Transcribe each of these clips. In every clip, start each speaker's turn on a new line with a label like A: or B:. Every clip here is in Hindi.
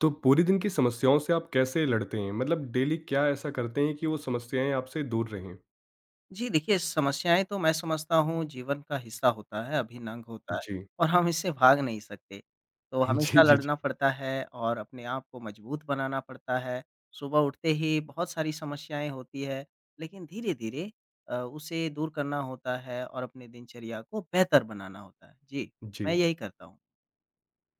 A: तो पूरे दिन की समस्याओं से आप कैसे लड़ते हैं? मतलब डेली क्या ऐसा करते हैं कि वो समस्याएँ आपसे दूर रहें?
B: जी, देखिए समस्याएँ तो मैं समझता हूँ जीवन का हिस्सा होता है, अभिन्न अंग होता है
A: जी।
B: और हम इससे भाग नहीं सकते। तो
A: जी,
B: हमेशा
A: जी, जी।
B: लड़ना पड़ता है और अपने आप को मजबूत बनाना पड़ता है। सुबह उठते ही बहुत सारी समस्याएँ होती है, लेकिन धीरे-धीरे उसे दूर करना होता है और अपने दिनचर्या को बेहतर बनाना होता है। जी,
A: जी।
B: मैं यही करता हूँ।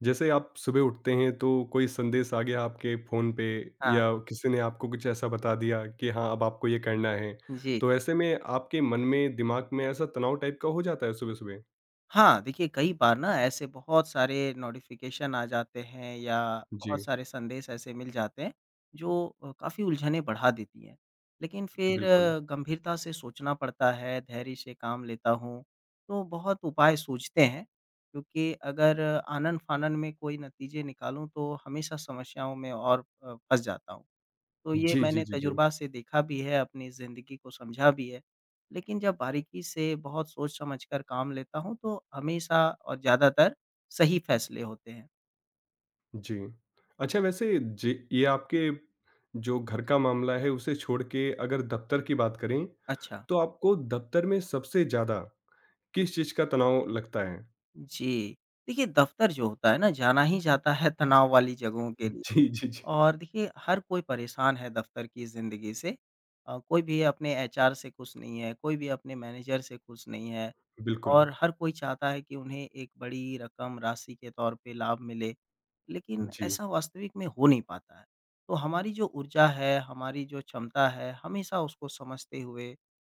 A: जैसे आप सुबह उठते हैं तो कोई संदेश आ गया आपके फ़ोन पे
B: हाँ,
A: या किसी ने आपको कुछ ऐसा बता दिया कि हाँ, अब आपको ये करना है।
B: जी।
A: तो ऐसे में आपके मन में, दिमाग में ऐसा तनाव टाइप का हो जाता है सुबह-सुबह?
B: हाँ, देखिए कई बार ना ऐसे बहुत सारे नोटिफ़िकेशन आ जाते हैं या बहुत
A: जी,
B: सारे संदेश ऐसे मिल जाते हैं जो काफ़ी उलझनें बढ़ा देती हैं। लेकिन फिर
A: बिल्कुल।
B: गंभीरता से सोचना पड़ता है, धैर्य से काम लेता हूँ, तो बहुत उपाय सूझते हैं क्योंकि अगर आनन-फानन में कोई नतीजे निकालूँ तो हमेशा समस्याओं में और फँस जाता हूँ। तो ये
A: जी, जी,
B: मैंने
A: जी, जी।
B: तजुर्बा से देखा भी है, अपनी ज़िंदगी को समझा भी है। लेकिन जब बारीकी से बहुत सोच-समझ कर काम लेता हूँ, तो हमेशा और ज़्यादातर सही फ़ैसले होते हैं।
A: जी। अच्छा वैसे जे ये आपके जो घर का मामला है उसे छोड़ के अगर दफ़्तर की बात करें,
B: अच्छा।
A: तो आपको दफ़्तर में सबसे ज़्यादा किस चीज़ का तनाव लगता है?
B: जी। देखिए, दफ़्तर जो होता है ना, जाना ही जाता है तनाव वाली जगहों के लिए
A: जी, जी, जी।
B: और देखिए, हर कोई परेशान है दफ़्तर की ज़िंदगी से। कोई भी अपने एचआर से खुश नहीं है, कोई भी अपने मैनेजर से खुश नहीं है
A: बिल्कुल।
B: और हर कोई चाहता है कि उन्हें एक बड़ी रकम, राशि के तौर पे लाभ मिले। लेकिन
A: जी,
B: ऐसा वास्तविक में हो नहीं पाता है। तो हमारी जो ऊर्जा है, हमारी जो क्षमता है, हमेशा उसको समझते हुए,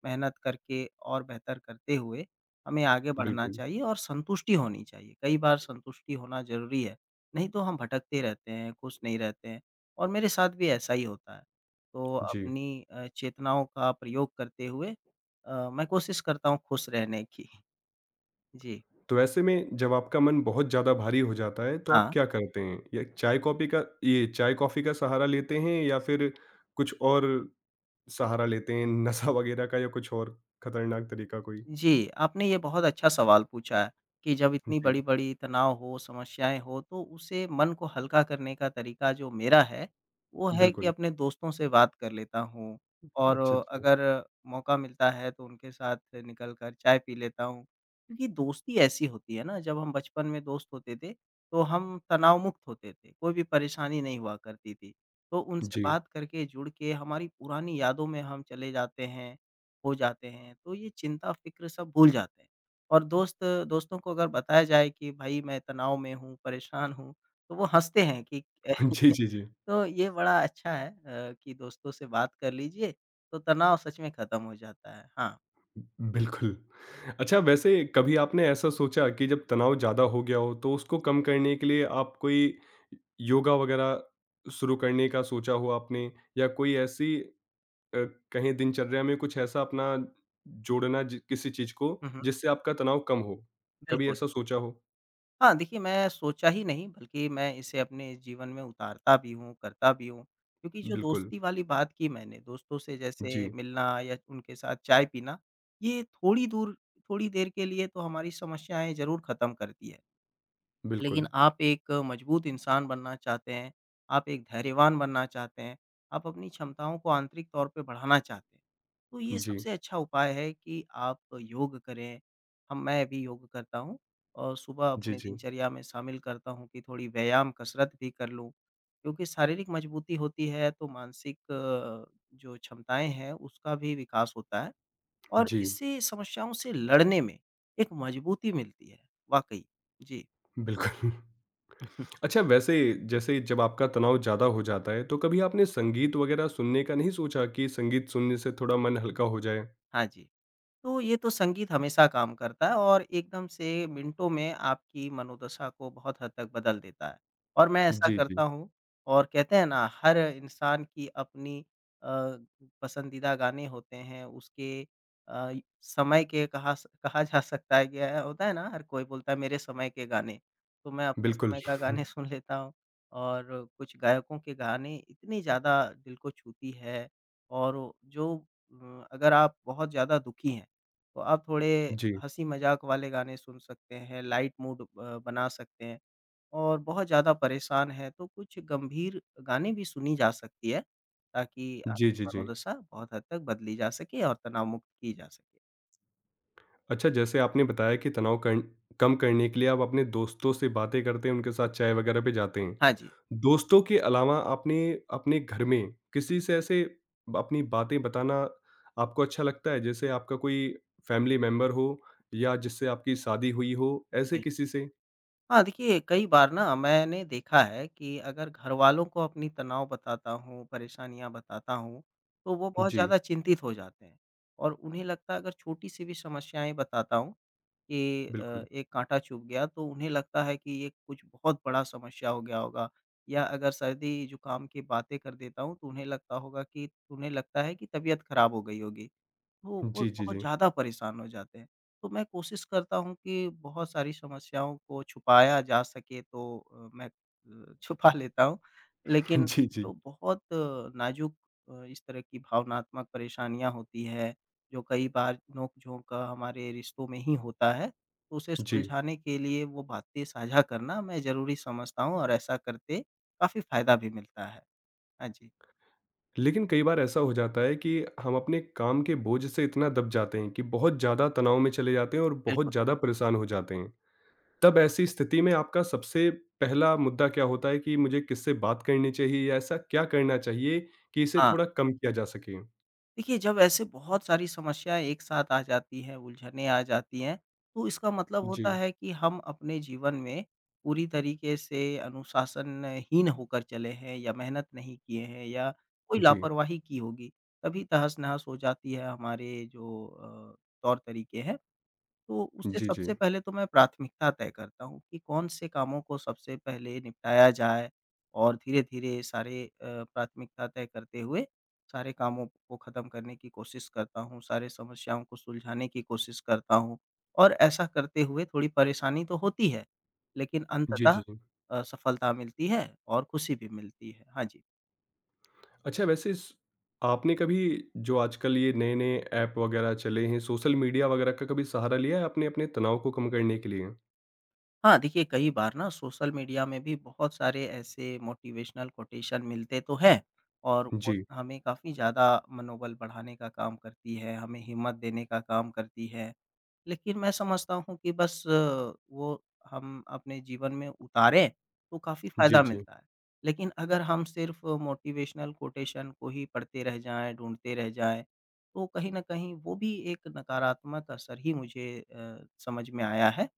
B: मेहनत करके और बेहतर करते हुए, हमें आगे बढ़ना
A: बिल्कुल।
B: चाहिए और संतुष्टि होनी चाहिए। कई बार संतुष्टि होना ज़रूरी है, नहीं तो हम भटकते रहते हैं, खुश नहीं रहते हैं और मेरे साथ भी ऐसा ही होता है। तो
A: जी।
B: अपनी चेतनाओं का प्रयोग करते हुए मैं कोशिश करता हूँ खुश रहने की। जी।
A: तो ऐसे में जब आपका मन बहुत ज़्यादा भारी हो जाता है तो आप
B: हाँ।
A: क्या करते हैं? या चाय कॉफ़ी का ये चाय-कॉफ़ी का सहारा लेते हैं या फिर कुछ और सहारा लेते हैं, नशा वग़ैरह का या कुछ और खतरनाक तरीका कोई?
B: जी, आपने ये बहुत अच्छा सवाल पूछा है कि जब इतनी
A: जी,
B: बड़ी-बड़ी तनाव हो, समस्याएँ हो, तो उसे मन को हल्का करने का तरीका जो मेरा है, वो है कि
A: बिल्कुल।
B: अपने दोस्तों से बात कर लेता हूँ और
A: अच्छा, अच्छा।
B: अगर मौका मिलता है तो उनके साथ निकल कर चाय पी लेता हूँ। क्योंकि दोस्ती ऐसी होती है ना, जब हम बचपन में दोस्त होते थे, तो हम तनाव मुक्त होते थे, कोई भी परेशानी नहीं हुआ करती थी। तो उनसे
A: जी।
B: बात करके, जुड़ के हमारी पुरानी यादों में हम चले जाते हैं हो जाते हैं, तो ये चिंता, फ़िक्र सब भूल जाते हैं। और दोस्तों को अगर बताया जाए कि भाई मैं तनाव में हूँ, परेशान हूँ, तो वो हँसते हैं कि
A: जी, जी, जी।
B: तो ये बड़ा अच्छा है कि दोस्तों से बात कर लीजिए, तो तनाव सच में खत्म हो जाता है। हाँ।
A: बिल्कुल। अच्छा वैसे कभी आपने ऐसा सोचा कि जब तनाव ज़्यादा हो गया हो तो उसको कम करने के लिए आप कोई योगा वगैरह शुरू करने का सोचा हो आपने या कोई ऐसी अ, कहें दिनचर्या में कुछ ऐसा अपना जोड़ना जि किसी चीज़ को
B: हुँ, हुँ।
A: जिससे आपका तनाव कम हो? कभी
B: बिल्कुल।
A: ऐसा सोचा हो?
B: हाँ, देखिए मैं सोचा ही नहीं बल्कि मैं इसे अपने जीवन में उतारता भी हूँ, करता भी हूँ। क्योंकि जो
A: बिल्कुल।
B: दोस्ती वाली बात की मैंने दोस्तों से जैसे
A: जी,
B: मिलना या उनके साथ चाय पीना, ये थोड़ी देर के लिए तो हमारी समस्याएँ ज़रूर ख़त्म करती है। लेकिन
A: बिल्कुल।
B: आप एक मजबूत इंसान बनना चाहते हैं, आप एक धैर्यवान बनना चाहते हैं, आप अपनी क्षमताओं को आंतरिक तौर पे बढ़ाना चाहते हैं। तो ये
A: जी।
B: सबसे अच्छा उपाय है कि आप योग करें, हम मैं भी योग करता हूँ और सुबह
A: जी,
B: अपने
A: जी।
B: दिनचर्या में शामिल करता हूँ कि थोड़ी व्यायाम, कसरत भी कर लूँ। क्योंकि शारीरिक मजबूती होती है तो मानसिक जो क्षमताएँ हैं उसका भी विकास होता है
A: जी,
B: और
A: जी
B: इससे समस्याओं से लड़ने में एक मजबूती मिलती है, वाक़ई। जी।
A: बिल्कुल। अच्छा वैसे जैसे जब आपका तनाव ज़्यादा हो जाता है तो कभी आपने संगीत वगैरह सुनने का नहीं सोचा कि संगीत सुनने से थोड़ा मन हल्का हो जाए?
B: हाँ जी। तो ये तो संगीत हमेशा काम करता है और एकदम से मिनटों में आपकी मनोदशा को बहुत हद तक बदल देता है और मैं ऐसा
A: जी,
B: करता
A: जी।
B: हूँ और कहते हैं ना हर इंसान की अपनी अ, पसंदीदा गाने होते हैं उसके अ, समय के कहा जा सकता है क्या होता है ना हर कोई बोलता है मेरे समय के गाने तो मैं अपने
A: बिल्कुल।
B: समय का गाने सुन लेता हूँ और कुछ गायकों के गाने इतनी ज़्यादा दिल को छूती है और जो अगर आप बहुत ज़्यादा दुखी हैं तो आप थोड़े
A: जी।
B: हँसी-मज़ाक वाले गाने सुन सकते हैं, लाइट मूड बना सकते हैं और बहुत ज़्यादा परेशान हैं, तो कुछ गंभीर गाने भी सुनी जा सकती है, ताकि
A: जी,
B: आपकी
A: जी, जी।
B: मनोदशा बहुत हद तक बदली जा सके और तनाव मुक्त की जा सके।
A: अच्छा जैसे आपने बताया कि तनाव कन कम करने के लिए आप अपने दोस्तों से बातें करते हैं, उनके साथ चाय वगैरह पे जाते हैं।
B: हाँ जी।
A: दोस्तों के अलावा आपने अपने घर में किसी से ऐसे अपनी बातें बताना आपको अच्छा लगता है? जैसे आपका कोई फैमिली मेंबर हो या जिससे आपकी शादी हुई हो, ऐसे
B: जी।
A: किसी से?
B: हाँ, देखिए कई बार ना मैंने देखा है कि अगर घरवालों को अपनी तनाव बताता हूँ, परेशानियाँ बताता हूँ, तो वो बहुत
A: जी।
B: ज़्यादा चिंतित हो जाते हैं और उन्हें लगता है अगर छोटी-सी भी समस्याएँ बताता हूँ कि
A: बिल्कुल।
B: एक काँटा चुभ गया तो उन्हें लगता है कि ये कुछ बहुत बड़ा समस्या हो गया होगा या अगर सर्दी-जुकाम की बातें कर देता हूँ तो उन्हें लगता है कि तबीयत खराब हो गई होगी। वो
A: जी, जी,
B: बहुत
A: जी।
B: ज़्यादा परेशान हो जाते हैं। तो मैं कोशिश करता हूँ कि बहुत सारी समस्याओं को छुपाया जा सके तो मैं छुपा लेता हूँ। लेकिन
A: जी, जी,
B: जो बहुत नाज़ुक इस तरह की भावनात्मक परेशानियाँ होती हैं, जो कई बार नोक-झोंक का हमारे रिश्तों में ही होता है, तो उसे
A: जी।
B: सुलझाने के लिए वो बातें साझा करना मैं ज़रूरी समझता हूँ और ऐसा करके काफ़ी फ़ायदा भी मिलता है। हाँ जी,
A: लेकिन कई बार ऐसा हो जाता है कि हम अपने काम के बोझ से इतना दब जाते हैं कि बहुत ज़्यादा तनाव में चले जाते हैं और बहुत
B: बिल्कुल।
A: ज़्यादा परेशान हो जाते हैं। तब ऐसी स्थिति में आपका सबसे पहला मुद्दा क्या होता है कि मुझे किससे बात करनी चाहिए या ऐसा क्या करना चाहिए कि इसे
B: हाँ।
A: थोड़ा कम किया जा सके?
B: देखिए, जब ऐसे बहुत सारी समस्याएँ एक साथ आ जाती हैं, उलझनें आ जाती हैं, तो इसका मतलब होता
A: जी,
B: है कि हम अपने जीवन में पूरी तरीके से अनुशासनहीन होकर चले हैं या मेहनत नहीं किए हैं या कोई
A: जी,
B: लापरवाही की होगी, तभी तहस-नहस हो जाती है हमारे जो तौर-तरीके हैं। तो उसे
A: जी, जी।
B: सबसे पहले तो मैं प्राथमिकता तय करता हूँ कि कौन-से कामों को सबसे पहले निपटाया जाए और धीरे-धीरे सारे प्राथमिकता तय करते हुए सारे कामों को ख़त्म करने की कोशिश करता हूँ, सारे समस्याओं को सुलझाने की कोशिश करता हूँ और ऐसा करते हुए थोड़ी परेशानी तो होती है, लेकिन
A: जी, जी,
B: अंततः
A: जी।
B: सफलता मिलती है और खुशी भी मिलती है। हाँ जी।
A: अच्छा वैसे इस आपने कभी जो आजकल ये नए-नए ऐप वगैरह चले हैं, सोशल मीडिया वगैरह का कभी सहारा लिया है आपने अपने तनाव को कम करने के लिए?
B: हाँ, देखिए कई बार ना सोशल मीडिया में भी बहुत सारे ऐसे मोटिवेशनल कोटेशन मिलते तो हैं और वो
A: जी,
B: हमें काफ़ी ज़्यादा मनोबल बढ़ाने का काम करती है, हमें हिम्मत देने का काम करती है। लेकिन मैं समझता हूँ कि बस वो हम अपने जीवन में उतारें तो काफ़ी
A: जी,
B: फ़ायदा
A: जी,
B: मिलता है। लेकिन अगर हम सिर्फ़ मोटिवेशनल कोटेशन को ही पढ़ते रह जाएँ, ढूँढते रह जाएँ, तो कहीं न कहीं वो भी एक नकारात्मक असर ही मुझे समझ में आया है।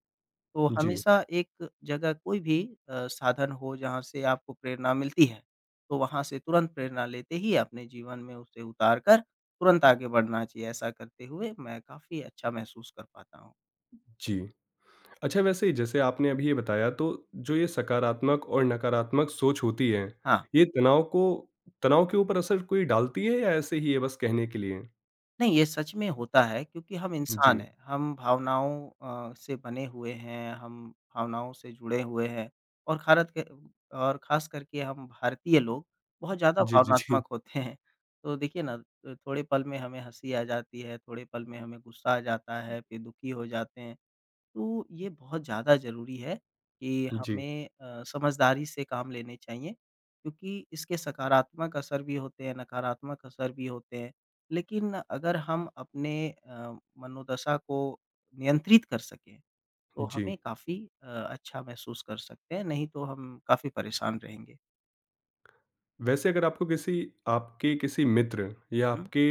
B: तो
A: जी,
B: हमेशा एक जगह कोई भी साधन हो जहाँ से आपको प्रेरणा मिलती है, तो वहाँ से तुरंत प्रेरणा लेते ही अपने जीवन में उसे उतार कर तुरंत आगे बढ़ना चाहिए। ऐसा करते हुए मैं काफ़ी अच्छा महसूस कर पाता हूँ।
A: जी। अच्छा वैसे जैसे आपने अभी ये बताया तो जो ये सकारात्मक और नकारात्मक सोच होती है,
B: हाँ।
A: ये तनाव को तनाव के ऊपर असर कोई डालती है या ऐसे ही है बस कहने के लिए?
B: नहीं, ये सच में होता है क्योंकि हम इंसान
A: जी।
B: हैं, हम भावनाओं से बने हुए हैं, हम भावनाओं से जुड़े हुए हैं और खारत के और ख़ास करके हम भारतीय लोग बहुत ज़्यादा
A: जी, जी, जी।
B: भावनात्मक होते हैं। तो देखिए ना, तो थोड़े पल में हमें हँसी आ जाती है, थोड़े पल में हमें गुस्सा आ जाता है, फिर दुखी हो जाते हैं। तो ये बहुत ज़्यादा ज़रूरी है कि
A: जी,
B: हमें समझदारी से काम लेने चाहिए क्योंकि इसके सकारात्मक असर भी होते हैं, नकारात्मक असर भी होते हैं। लेकिन अगर हम अपने मनोदशा को नियंत्रित कर सकें, तो
A: जी।
B: हमें काफ़ी अच्छा महसूस कर सकते हैं, नहीं तो हम काफ़ी परेशान रहेंगे।
A: वैसे अगर आपको किसी आपके किसी मित्र या
B: हुँ,
A: आपके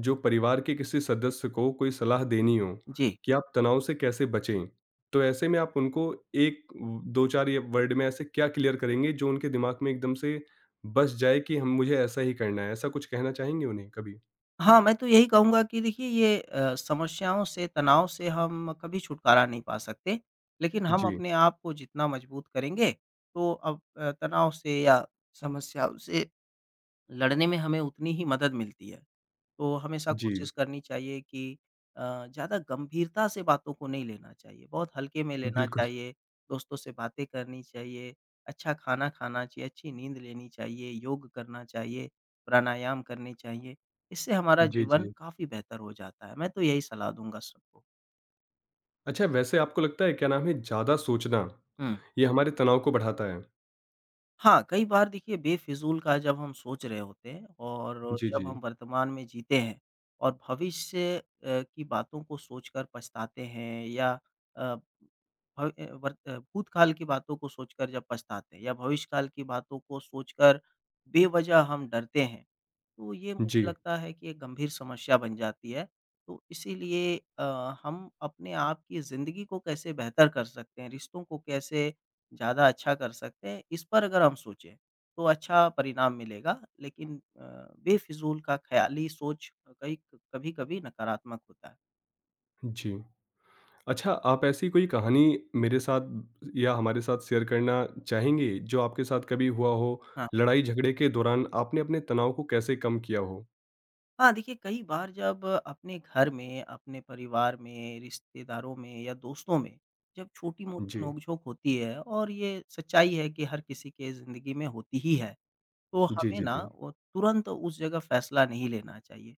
A: जो परिवार के किसी सदस्य को कोई सलाह देनी हो
B: जी।
A: कि आप तनाव से कैसे बचें, तो ऐसे में आप उनको एक व- दो चार या वर्ड में ऐसे क्या क्लियर करेंगे जो उनके दिमाग में एकदम से बस जाए कि हम मुझे ऐसा ही करना है ऐसा कुछ कहना चाहेंगे उन्हें कभी?
B: हाँ, मैं तो यही कहूँगा कि देखिए ये समस्याओं से, तनाव से हम कभी छुटकारा नहीं पा सकते, लेकिन हम
A: जी।
B: अपने आप को जितना मजबूत करेंगे, तो तनाव से या समस्याओं से लड़ने में हमें उतनी ही मदद मिलती है। तो हमेशा
A: जी।
B: कोशिश करनी चाहिए कि ज़्यादा गंभीरता से बातों को नहीं लेना चाहिए, बहुत हल्के में लेना
A: बिल्कुल।
B: चाहिए, दोस्तों से बातें करनी चाहिए, अच्छा खाना खाना चाहिए, अच्छी नींद लेनी चाहिए, योग करना चाहिए, प्राणायाम करने चाहिए। इससे हमारा
A: जी।
B: जीवन
A: जी।
B: काफ़ी बेहतर हो जाता है। मैं तो यही सलाह दूँगा सबको।
A: अच्छा वैसे आपको लगता है क्या नाम है ज़्यादा सोचना
B: हुँ।
A: ये हमारे तनाव को बढ़ाता है?
B: हाँ, कई बार देखिए बेफ़िज़ूल का जब हम सोच रहे होते हैं और
A: जी।
B: जब
A: जी।
B: हम वर्तमान में जीते हैं और की बातों को सोचकर पछताते हैं या अ, भव अ, वर्त अ, भूतकाल की बातों को सोचकर जब पछताते हैं या भविष्यकाल की बातों को सोचकर बेवजह हम डरते हैं, तो ये मुझे
A: जी।
B: लगता है कि एक गंभीर समस्या बन जाती है। तो इसीलिए हम अपने आप की ज़िंदगी को कैसे बेहतर कर सकते हैं, रिश्तों को कैसे ज़्यादा अच्छा कर सकते हैं, इस पर अगर हम सोचें, तो अच्छा परिणाम मिलेगा। लेकिन बेफ़िज़ूल का ख़याली सोच कई कभी-कभी नकारात्मक होता है।
A: जी। अच्छा, आप ऐसी कोई कहानी मेरे साथ या हमारे साथ शेयर करना चाहेंगे, जो आपके साथ कभी हुआ हो,
B: हाँ।
A: लड़ाई-झगड़े के दौरान आपने अपने तनाव को कैसे कम किया हो?
B: हाँ, देखिए कई बार जब अपने घर में, अपने परिवार में, रिश्तेदारों में या दोस्तों में जब छोटी-मोटी
A: जी।
B: नोक-झोंक होती है और ये सच्चाई है कि हर किसी के ज़िंदगी में होती ही है। तो
A: जी,
B: हमें
A: जी,
B: ना
A: जी।
B: वो तुरंत उस जगह फैसला नहीं लेना चाहिए,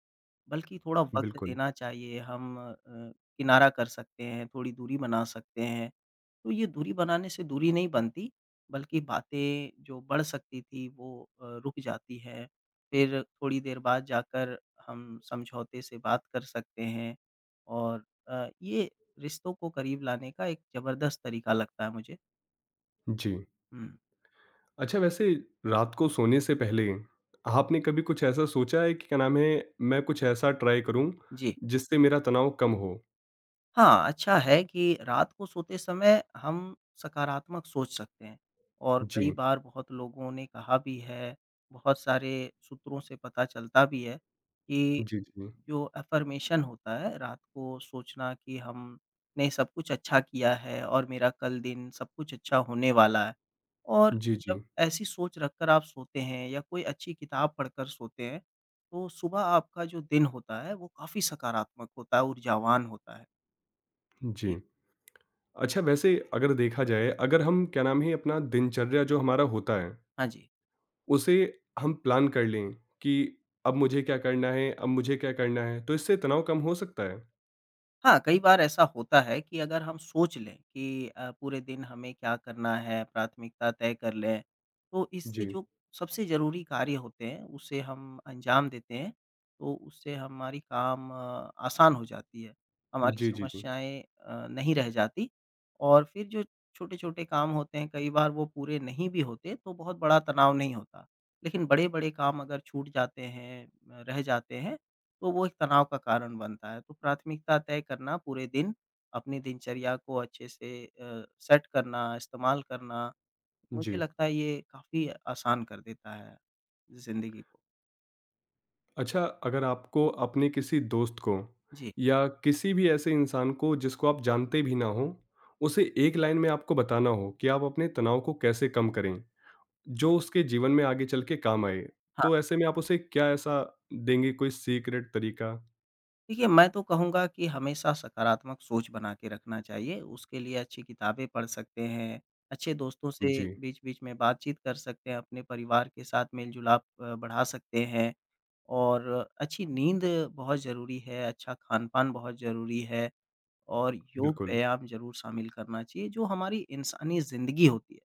B: बल्कि थोड़ा वक़्त
A: बिल्कुल।
B: देना चाहिए। हम किनारा कर सकते हैं, थोड़ी दूरी बना सकते हैं। तो ये दूरी बनाने से दूरी नहीं बनती, बल्कि बातें जो बढ़ सकती थी वो रुक जाती हैं। फिर थोड़ी देर बाद जाकर हम समझौते से बात कर सकते हैं और ये रिश्तों को करीब लाने का एक ज़बरदस्त तरीका लगता है मुझे।
A: जी।
B: हुँ,
A: अच्छा वैसे रात को सोने से पहले, आपने कभी कुछ ऐसा सोचा है कि क्या नाम है, मैं कुछ ऐसा ट्राई करूँ,
B: जी।
A: जिससे मेरा तनाव कम हो?
B: हाँ, अच्छा है कि रात को सोते समय हम सकारात्मक सोच सकते हैं और कई
A: जी।
B: बार बहुत लोगों ने कहा भी है, बहुत सारे सूत्रों से पता चलता भी है कि
A: जी, जी।
B: जो अफ़र्मेशन होता है, रात को सोचना कि हमने सब कुछ अच्छा किया है और मेरा कल दिन सब कुछ अच्छा होने वाला है। और
A: जी, जी।
B: जब ऐसी सोच रखकर आप सोते हैं या कोई अच्छी किताब पढ़कर सोते हैं, तो सुबह आपका जो दिन होता है, वो काफ़ी सकारात्मक होता है, ऊर्जावान होता है।
A: जी।
B: जी,
A: अच्छा वैसे अगर देखा जाए, अगर हम क्या नाम है अपना दिनचर्या जो हमारा होता है
B: हाँ जी।
A: उसे हम प्लान कर लें कि अब मुझे क्या करना है, अब मुझे क्या करना है, तो इससे तनाव कम हो सकता है।
B: हाँ, कई बार ऐसा होता है कि अगर हम सोच लें कि पूरे दिन हमें क्या करना है, प्राथमिकता तय कर लें, तो इससे
A: जी।
B: जो सबसे ज़रूरी कार्य होते हैं, उसे हम अंजाम देते हैं, तो उससे हमारी काम आसान हो जाती है। हमारी
A: जी, जी, जी।
B: समस्याएँ अ, नहीं रह जाती और फिर जो छोटे-छोटे काम होते हैं, कई बार वो पूरे नहीं भी होते, तो बहुत बड़ा तनाव नहीं होता। लेकिन बड़े-बड़े काम अगर छूट जाते हैं, रह जाते हैं, तो वो एक तनाव का कारण बनता है। तो प्राथमिकता तय करना पूरे दिन, अपनी दिनचर्या को अच्छे से सेट करना, इस्तेमाल करना, मुझे
A: जी।
B: लगता है ये काफ़ी आसान कर देता है ज़िंदगी को।
A: अच्छा अगर आपको अपने किसी दोस्त को
B: जी।
A: या किसी भी ऐसे इंसान को जिसको आप जानते भी ना हो, उसे एक लाइन में आपको बताना हो कि आप अपने तनाव को कैसे कम करें, जो उसके जीवन में आगे चल के काम आए,
B: हाँ।
A: तो ऐसे में आप उसे क्या ऐसा देंगे कोई सीक्रेट तरीका?
B: देखिए, मैं तो कहूँगा कि हमेशा सकारात्मक सोच बना के रखना चाहिए। उसके लिए अच्छी किताबें पढ़ सकते हैं, अच्छे दोस्तों से
A: जी,
B: बीच-बीच में बातचीत कर सकते हैं, अपने परिवार के साथ मेल-जुलाप बढ़ा सकते हैं और अच्छी नींद बहुत ज़रूरी है, अच्छा खान-पान बहुत ज़रूरी है और योग,
A: बिल्कुल।
B: व्यायाम ज़रूर शामिल करना चाहिए, जो हमारी इंसानी ज़िंदगी होती है,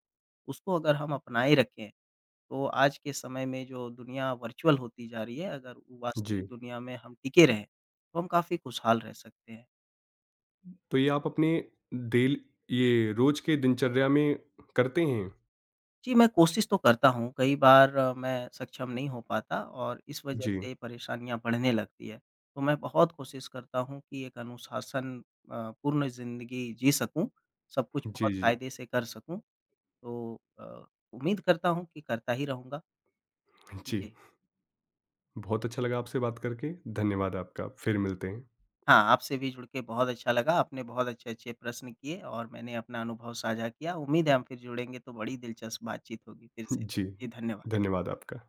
B: उसको अगर हम अपनाए रखें तो आज के समय में जो दुनिया वर्चुअल होती जा रही है, अगर वो
A: जी।
B: वास्तविक दुनिया में हम टिके रहें, तो हम काफ़ी खुशहाल रह सकते हैं।
A: तो ये आप अपने डेल ये रोज के दिनचर्या में करते हैं?
B: जी, मैं कोशिश तो करता हूँ, कई बार मैं सक्षम नहीं हो पाता और इस वजह
A: जी।
B: से परेशानियाँ बढ़ने लगती है। तो मैं बहुत कोशिश करता हूँ कि एक अनुशासन अ, पूर्ण ज़िंदगी जी सकूँ, सब कुछ
A: जी,
B: बहुत
A: जी।
B: कायदे से कर सकूँ। तो उम्मीद करता हूँ कि करता ही रहूँगा।
A: जी,
B: जी।
A: बहुत अच्छा लगा आपसे बात करके। धन्यवाद आपका। फिर मिलते हैं।
B: हाँ, आपसे भी जुड़ के बहुत अच्छा लगा। आपने बहुत अच्छे-अच्छे प्रश्न किए और मैंने अपना अनुभव साझा किया। उम्मीद है हम फिर जुड़ेंगे तो बड़ी दिलचस्प बातचीत होगी फिर से।
A: जी,
B: जी, धन्यवाद।
A: धन्यवाद आपका।